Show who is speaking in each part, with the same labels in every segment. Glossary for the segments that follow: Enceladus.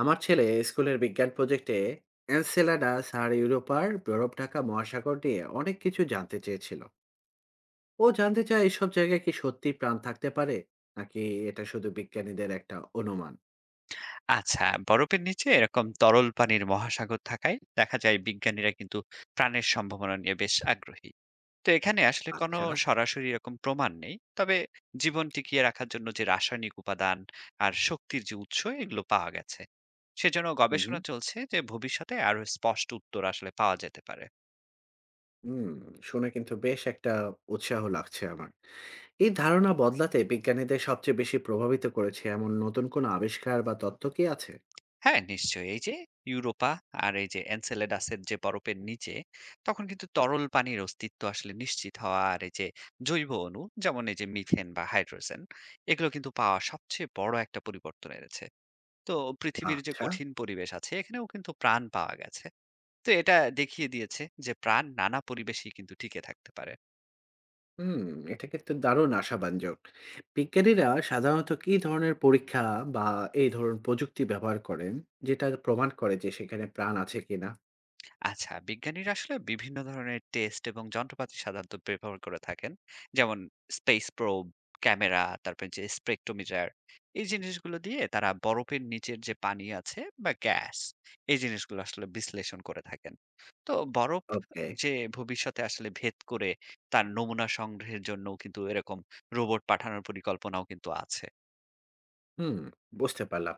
Speaker 1: আমার ছেলে স্কুলের বিজ্ঞান প্রজেক্টে এনসেলাডাস আর ইউরোপার বরফ ঢাকা মহাসাগর নিয়ে অনেক কিছু জানতে চেয়েছিল। ও জানতে চায় এসব জায়গায় কি সত্যি প্রাণ থাকতে পারে নাকি এটা শুধু বিজ্ঞানীদের একটা অনুমান।
Speaker 2: আচ্ছা, বরফের নিচে এরকম তরল পানির মহাসাগর থাকায় দেখা যায় বিজ্ঞানীরা কিন্তু প্রাণের সম্ভাবনা নিয়ে বেশ আগ্রহী। তো এখানে আসলে কোনো
Speaker 1: আচ্ছা।
Speaker 2: সরাসরি এরকম প্রমাণ নেই। তবে জীবন টিকিয়ে রাখার জন্য যে রাসায়নিক উপাদান আর শক্তির যে উৎস এগুলো পাওয়া গেছে। সেজন্য
Speaker 1: হুম।
Speaker 2: গবেষণা চলছে যে ভবিষ্যতে আরো স্পষ্ট উত্তর আসলে পাওয়া যেতে পারে।
Speaker 1: হুম। শুনে কিন্তু বেশ একটা উৎসাহ লাগছে আমার। এই ধারণা বদলাতে বিজ্ঞানীদের সবচেয়ে বেশি প্রভাবিত করেছে এমন নতুন কোনো আবিষ্কার বা তত্ত্ব কি আছে?
Speaker 2: হ্যাঁ, নিশ্চয়ই। এই যে ইউরোপা আর এই যে এনসেলেডাসের যে বরফের নিচে তখন কিন্তু তরল পানির অস্তিত্ব আসলে নিশ্চিত হওয়া আর এই যে জৈব অণু যেমন এই যে মিথেন বা হাইড্রোজেন এগুলো কিন্তু পাওয়া সবচেয়ে বড় একটা পরিবর্তন এনেছে। তো পৃথিবীর যে
Speaker 1: আচ্ছা।
Speaker 2: কঠিন পরিবেশ আছে এখানেও কিন্তু প্রাণ পাওয়া গেছে। তো এটা দেখিয়ে দিয়েছে যে প্রাণ নানা পরিবেশেই কিন্তু টিকে থাকতে পারে।
Speaker 1: হুম, এটা কিন্তু দারুণ আশাব্যঞ্জক। বিজ্ঞানীরা সাধারণত কি ধরনের পরীক্ষা বা এই ধরুন প্রযুক্তি ব্যবহার করেন, যেটা প্রমাণ করে যে সেখানে প্রাণ আছে কিনা?
Speaker 2: আচ্ছা, বিজ্ঞানীরা আসলে বিভিন্ন ধরনের টেস্ট এবং যন্ত্রপাতি সাধারণত ব্যবহার করে থাকেন। যেমন স্পেস প্রোব, ক্যামেরা, তারপরে যে স্পেকট্রোমিটার এই জিনিসগুলো দিয়ে তারা বরফের নিচের যে পানি আছে বা গ্যাস এই জিনিসগুলো আসলে বিশ্লেষণ করে থাকেন। তো বরফ
Speaker 1: ওকে।
Speaker 2: যে ভবিষ্যতে আসলে ভেদ করে তার নমুনা সংগ্রহের জন্যও কিন্তু এরকম রোবট পাঠানোর পরিকল্পনাও কিন্তু আছে।
Speaker 1: হুম, বুঝতে পারলাম।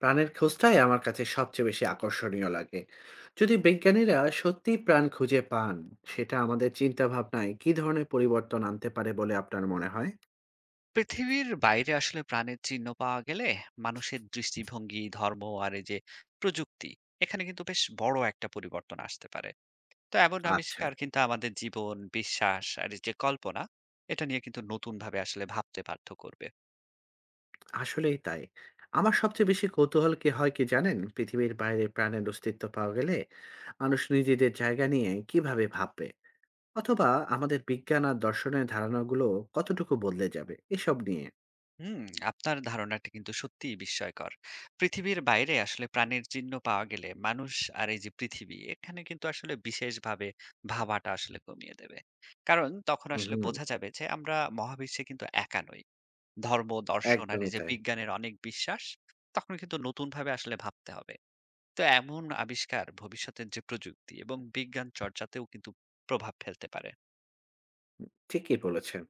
Speaker 1: প্রাণের খোঁজটাই আমার কাছে সবচেয়ে বেশি আকর্ষণীয় লাগে। যদি বিজ্ঞানীরা সত্যিই প্রাণ খুঁজে পান, সেটা আমাদের চিন্তাভাবনায় কি ধরনের পরিবর্তন আনতে পারে বলে আপনার মনে হয়?
Speaker 2: পৃথিবীর বাইরে আসলে প্রাণের চিহ্ন পাওয়া গেলে মানুষের দৃষ্টিভঙ্গি ধর্ম আর এই যে প্রযুক্তি এখানে কিন্তু বেশ বড় একটা পরিবর্তন আসতে পারে। তো এমন
Speaker 1: আচ্ছা।
Speaker 2: আবিষ্কার কিন্তু আমাদের জীবন বিশ্বাস আর এই যে কল্পনা এটা নিয়ে কিন্তু নতুন ভাবে আসলে ভাবতে বাধ্য করবে।
Speaker 1: আসলেই তাই। আমার সবচেয়ে বেশি কৌতূহল কি হয় কি জানেন? পৃথিবীর বাইরে প্রাণের অস্তিত্ব পাওয়া গেলে মানুষ নিজেদের জায়গা নিয়ে কিভাবে ভাববে? অথবা আমাদের বিজ্ঞান আর দর্শনের ধারণাগুলো কতটুকু বদলে যাবে? এসব নিয়ে।
Speaker 2: হুম। আপনার ধারণাটা কিন্তু সত্যিই বিস্ময়কর। পৃথিবীর বাইরে আসলে প্রাণের চিহ্ন পাওয়া গেলে মানুষ আর এই যে পৃথিবী এখানে কিন্তু আসলে বিশেষভাবে ভাবাটা আসলে কমিয়ে দেবে। কারণ তখন
Speaker 1: হুম,
Speaker 2: আসলে
Speaker 1: হুম।
Speaker 2: বোঝা যাবে যে আমরা মহাবিশ্বে কিন্তু একা নই। ধর্ম, দর্শন আর
Speaker 1: একদমই
Speaker 2: এই যে
Speaker 1: তাই।
Speaker 2: বিজ্ঞানের অনেক বিশ্বাস, তখন কিন্তু নতুনভাবে আসলে ভাবতে হবে। তো এমন আবিষ্কার ভবিষ্যতের যে প্রযুক্তি এবং বিজ্ঞান চর্চাতেও কিন্তু প্রভাব ফেলতে পারে।
Speaker 1: ঠিকই বলেছেন।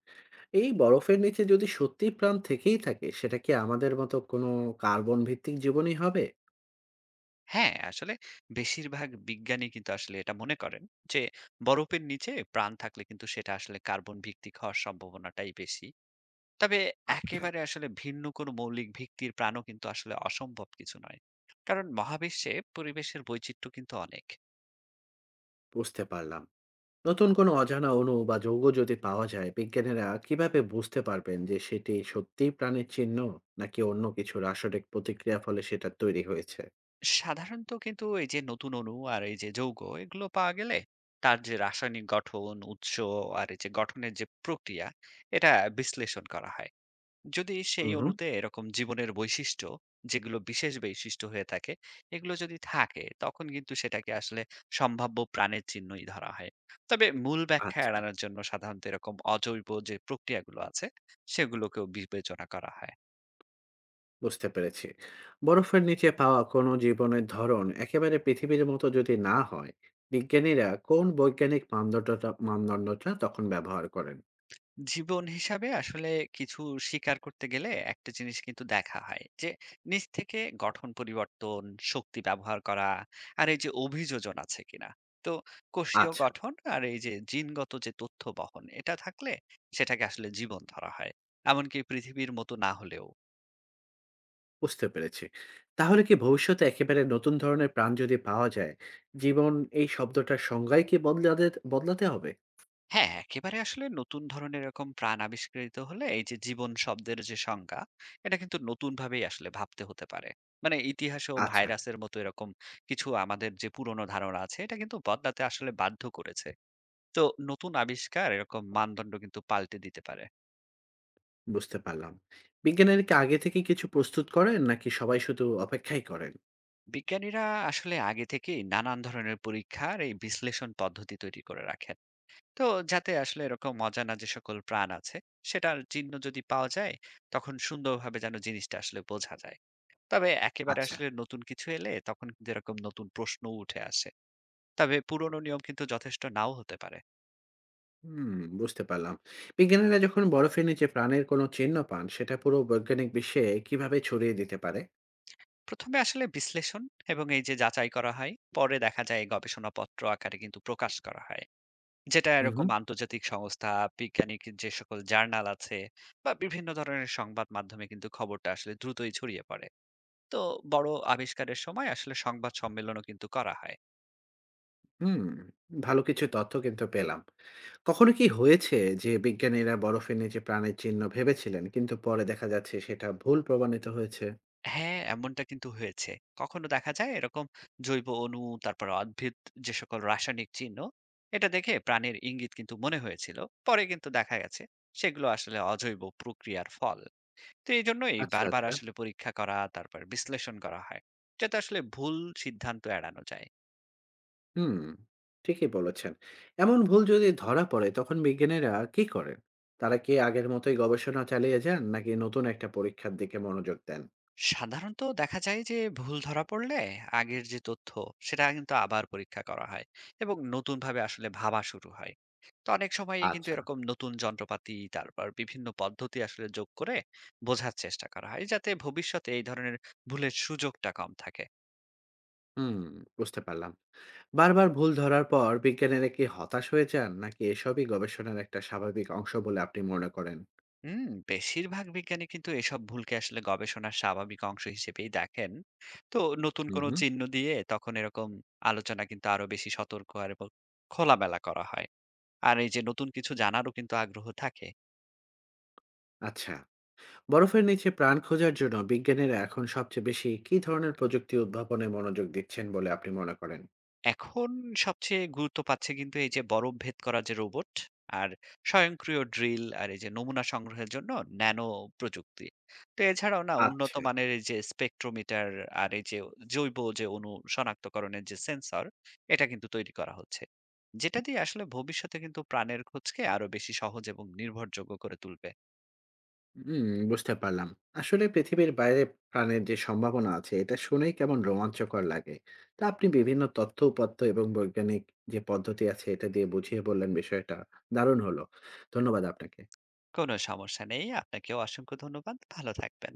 Speaker 1: এই বরফের নিচে যদি সত্যিই প্রাণ থেকেই থাকে সেটা কি আমাদের মতো কোনো কার্বন ভিত্তিক জীবনই হবে?
Speaker 2: হ্যাঁ, আসলে বেশিরভাগ বিজ্ঞানী কিন্তু আসলে এটা মনে করেন যে বরফের নিচে প্রাণ থাকলে কিন্তু সেটা আসলে কার্বন ভিত্তিক হওয়ার সম্ভাবনাটাই বেশি। তবে
Speaker 1: আচ্ছা,
Speaker 2: একেবারে আসলে ভিন্ন কোনো মৌলিক ভিত্তির প্রাণও কিন্তু আসলে অসম্ভব কিছু নয়। কারণ মহাবিশ্বে পরিবেশের বৈচিত্র্য কিন্তু অনেক।
Speaker 1: বুঝতে পারলাম। নতুন কোনো অজানা অণু বা যৌগ যদি পাওয়া যায়, বিজ্ঞানীরা কিভাবে বুঝতে পারবেন যে সেটি সত্যিই প্রাণের চিহ্ন নাকি অন্য কিছু রাসায়নিক প্রতিক্রিয়ার ফলে সেটা তৈরি হয়েছে?
Speaker 2: সাধারণত কিন্তু এই যে নতুন অণু আর এই যে যৌগ এগুলো পাওয়া গেলে তার যে রাসায়নিক গঠন উৎস আর এই যে গঠনের যে প্রক্রিয়া এটা বিশ্লেষণ করা হয়। যদি সেই
Speaker 1: হুম হুম।
Speaker 2: অণুতে এরকম জীবনের বৈশিষ্ট্য যেগুলো বিশেষ বৈশিষ্ট্য হয়ে থাকে এগুলো যদি থাকে তখন কিন্তু সেটাকে আসলে সম্ভাব্য প্রাণের চিহ্নই ধরা হয়। তবে মূল ব্যাখ্যা
Speaker 1: আচ্ছা,
Speaker 2: এড়ানোর জন্য সাধারণত এরকম অজৈব যে প্রক্রিয়াগুলো আছে সেগুলোকেও বিবেচনা করা হয়।
Speaker 1: বুঝতে পেরেছি। বরফের নিচে পাওয়া কোনো জীবনের ধরন একেবারে পৃথিবীর মতো যদি না হয়, বিজ্ঞানীরা কোন বৈজ্ঞানিক মানদণ্ডটা মানদণ্ডটা তখন ব্যবহার করেন?
Speaker 2: জীবন হিসাবে আসলে কিছু স্বীকার করতে গেলে একটা জিনিস কিন্তু দেখা হয় যে নিজ থেকে গঠন পরিবর্তন, শক্তি ব্যবহার করা আর এই যে অভিযোজন আছে কিনা। তো কোষীয়
Speaker 1: আচ্ছা,
Speaker 2: গঠন আর এই যে জিনগত যে তথ্য বহন এটা থাকলে সেটাকে আসলে জীবন ধরা হয়, এমনকি পৃথিবীর মতো না হলেও।
Speaker 1: বুঝতে পেরেছি। তাহলে কি ভবিষ্যতে একেবারে নতুন ধরনের প্রাণ যদি পাওয়া যায়, জীবন এই শব্দটার সংজ্ঞাই কি বদলাতে বদলাতে হবে?
Speaker 2: হ্যাঁ, একেবারে আসলে নতুন ধরনের এরকম প্রাণ আবিষ্কৃত হলে এই যে জীবন শব্দের যে সংজ্ঞা, এটা কিন্তু নতুনভাবেই আসলে ভাবতে হতে পারে। মানে ইতিহাসেও
Speaker 1: আচ্ছা,
Speaker 2: ভাইরাসের মতো এরকম কিছু আমাদের যে পুরনো ধারণা আছে, এটা কিন্তু বদলাতে আসলে বাধ্য করেছে। তো নতুন আবিষ্কার এরকম মানদণ্ড কিন্তু পাল্টে দিতে পারে।
Speaker 1: বুঝতে পারলাম। বিজ্ঞানীরা কি আগে থেকে কিছু প্রস্তুত করেন নাকি সবাই শুধু অপেক্ষাই করেন?
Speaker 2: বিজ্ঞানীরা আসলে আগে থেকেই নানান ধরনের পরীক্ষার এই বিশ্লেষণ পদ্ধতি তৈরি করে রাখেন। তো যাতে আসলে এরকম অজানা যে সকল প্রাণ আছে, সেটার চিহ্ন যদি পাওয়া যায়, তখন সুন্দরভাবে যেন জিনিসটা আসলে বোঝা যায়। তবে একেবারে
Speaker 1: আচ্ছা,
Speaker 2: আসলে নতুন কিছু এলে তখন কিন্তু এরকম নতুন প্রশ্ন উঠে আসে। তবে পুরনো নিয়ম কিন্তু যথেষ্ট নাও হতে পারে।
Speaker 1: হুম, বুঝতে পারলাম। বিজ্ঞানীরা যখন বরফের নিচে প্রাণের কোনো চিহ্ন পান সেটা পুরো বৈজ্ঞানিক বিশ্বে কিভাবে ছড়িয়ে দিতে পারে?
Speaker 2: প্রথমে আসলে বিশ্লেষণ এবং এই যে যাচাই করা হয়, পরে দেখা যায় গবেষণাপত্র আকারে কিন্তু প্রকাশ করা হয়। যেটা
Speaker 1: হু, হু,
Speaker 2: এরকম আন্তর্জাতিক সংস্থা, বিজ্ঞানিক যে সকল জার্নাল আছে বা বিভিন্ন ধরনের সংবাদ মাধ্যমে কিন্তু খবরটা আসলে দ্রুতই ছড়িয়ে পড়ে। তো বড় আবিষ্কারের সময় আসলে সংবাদ সম্মেলনও কিন্তু করা হয়।
Speaker 1: হুম, ভালো কিছু তথ্য কিন্তু পেলাম। কখনো কি হয়েছে যে বিজ্ঞানীরা বরফের নিচে প্রাণের চিহ্ন ভেবেছিলেন কিন্তু পরে দেখা যাচ্ছে সেটা ভুল প্রমাণিত হয়েছে?
Speaker 2: হ্যাঁ, এমনটা কিন্তু হয়েছে। কখনো দেখা যায় এরকম জৈব অণু, তারপরে অদ্ভিদ যে সকল রাসায়নিক চিহ্ন, এটা দেখে প্রাণের ইঙ্গিত কিন্তু মনে হয়েছিল। পরে কিন্তু দেখা গেছে সেগুলো আসলে অজৈব প্রক্রিয়ার ফল। তো এইজন্যই
Speaker 1: আচ্ছা,
Speaker 2: বারবার
Speaker 1: আচ্ছা।
Speaker 2: আসলে পরীক্ষা করা, তারপর বিশ্লেষণ করা হয়। যাতে আসলে ভুল সিদ্ধান্ত এড়ানো যায়।
Speaker 1: হুম, ঠিকই বলেছেন। এমন ভুল যদি ধরা পড়ে তখন বিজ্ঞানীরা কি করেন? তারা কি আগের মতোই গবেষণা চালিয়ে যান নাকি নতুন একটা পরীক্ষার দিকে মনোযোগ দেন?
Speaker 2: সাধারণত দেখা যায় যে ভুল ধরা পড়লে আগের যে তথ্য সেটা কিন্তু আবার পরীক্ষা করা হয় এবং নতুন ভাবে আসলে ভাবা শুরু হয়। তো অনেক সময় কিন্তু
Speaker 1: আচ্ছা,
Speaker 2: এরকম নতুন যন্ত্রপাতি তারপর বিভিন্ন পদ্ধতি আসলে যোগ করে বোঝার চেষ্টা করা হয় যাতে ভবিষ্যতে এই ধরনের ভুলের সুযোগটা কম থাকে।
Speaker 1: হুম, বুঝতে পারলাম। বারবার ভুল ধরার পর বিজ্ঞানীরা কি হতাশ হয়ে যান নাকি এসবই গবেষণার একটা স্বাভাবিক অংশ বলে আপনি মনে করেন?
Speaker 2: হুম, বেশিরভাগ বিজ্ঞানী কিন্তু এসব ভুলকে আসলে গবেষণার স্বাভাবিক অংশ হিসেবেই দেখেন। তো নতুন
Speaker 1: হুম,
Speaker 2: কোনো
Speaker 1: হুম।
Speaker 2: চিহ্ন দিয়ে তখন এরকম আলোচনা কিন্তু আরো বেশি সতর্ক আর এবং খোলামেলা করা হয়, আর এই যে নতুন কিছু জানারও কিন্তু আগ্রহ থাকে।
Speaker 1: আচ্ছা, বরফের নিচে প্রাণ খোঁজার জন্য বিজ্ঞানীরা এখন সবচেয়ে বেশি কী ধরনের প্রযুক্তি উদ্ভাবনে মনোযোগ দিচ্ছেন বলে আপনি মনে করেন?
Speaker 2: এখন সবচেয়ে গুরুত্ব পাচ্ছে কিন্তু এই যে বরফ ভেদ করা যে রোবট আর স্বয়ংক্রিয় ড্রিল আর এই যে নমুনা সংগ্রহের জন্য ন্যানো প্রযুক্তি। তো এছাড়াও না উন্নত
Speaker 1: আচ্ছা।
Speaker 2: মানের এই যে স্পেকট্রোমিটার আর এই যে জৈব যে অণু শনাক্তকরণের যে সেন্সর এটা কিন্তু তৈরি করা হচ্ছে। যেটা দিয়ে আসলে ভবিষ্যতে কিন্তু প্রাণের খোঁজকে আরো বেশি সহজ এবং নির্ভরযোগ্য করে তুলবে।
Speaker 1: হুম, বুঝতে পারলাম। আসলে পৃথিবীর বাইরে প্রাণের যে সম্ভাবনা আছে এটা শুনেই কেমন রোমাঞ্চকর লাগে। তা আপনি বিভিন্ন তথ্য উপাত্ত এবং বৈজ্ঞানিক যে পদ্ধতি আছে এটা দিয়ে বুঝিয়ে বললেন বিষয়টা দারুণ হলো। ধন্যবাদ আপনাকে।
Speaker 2: কোনো সমস্যা নেই। আপনাকেও অসংখ্য ধন্যবাদ। ভালো থাকবেন।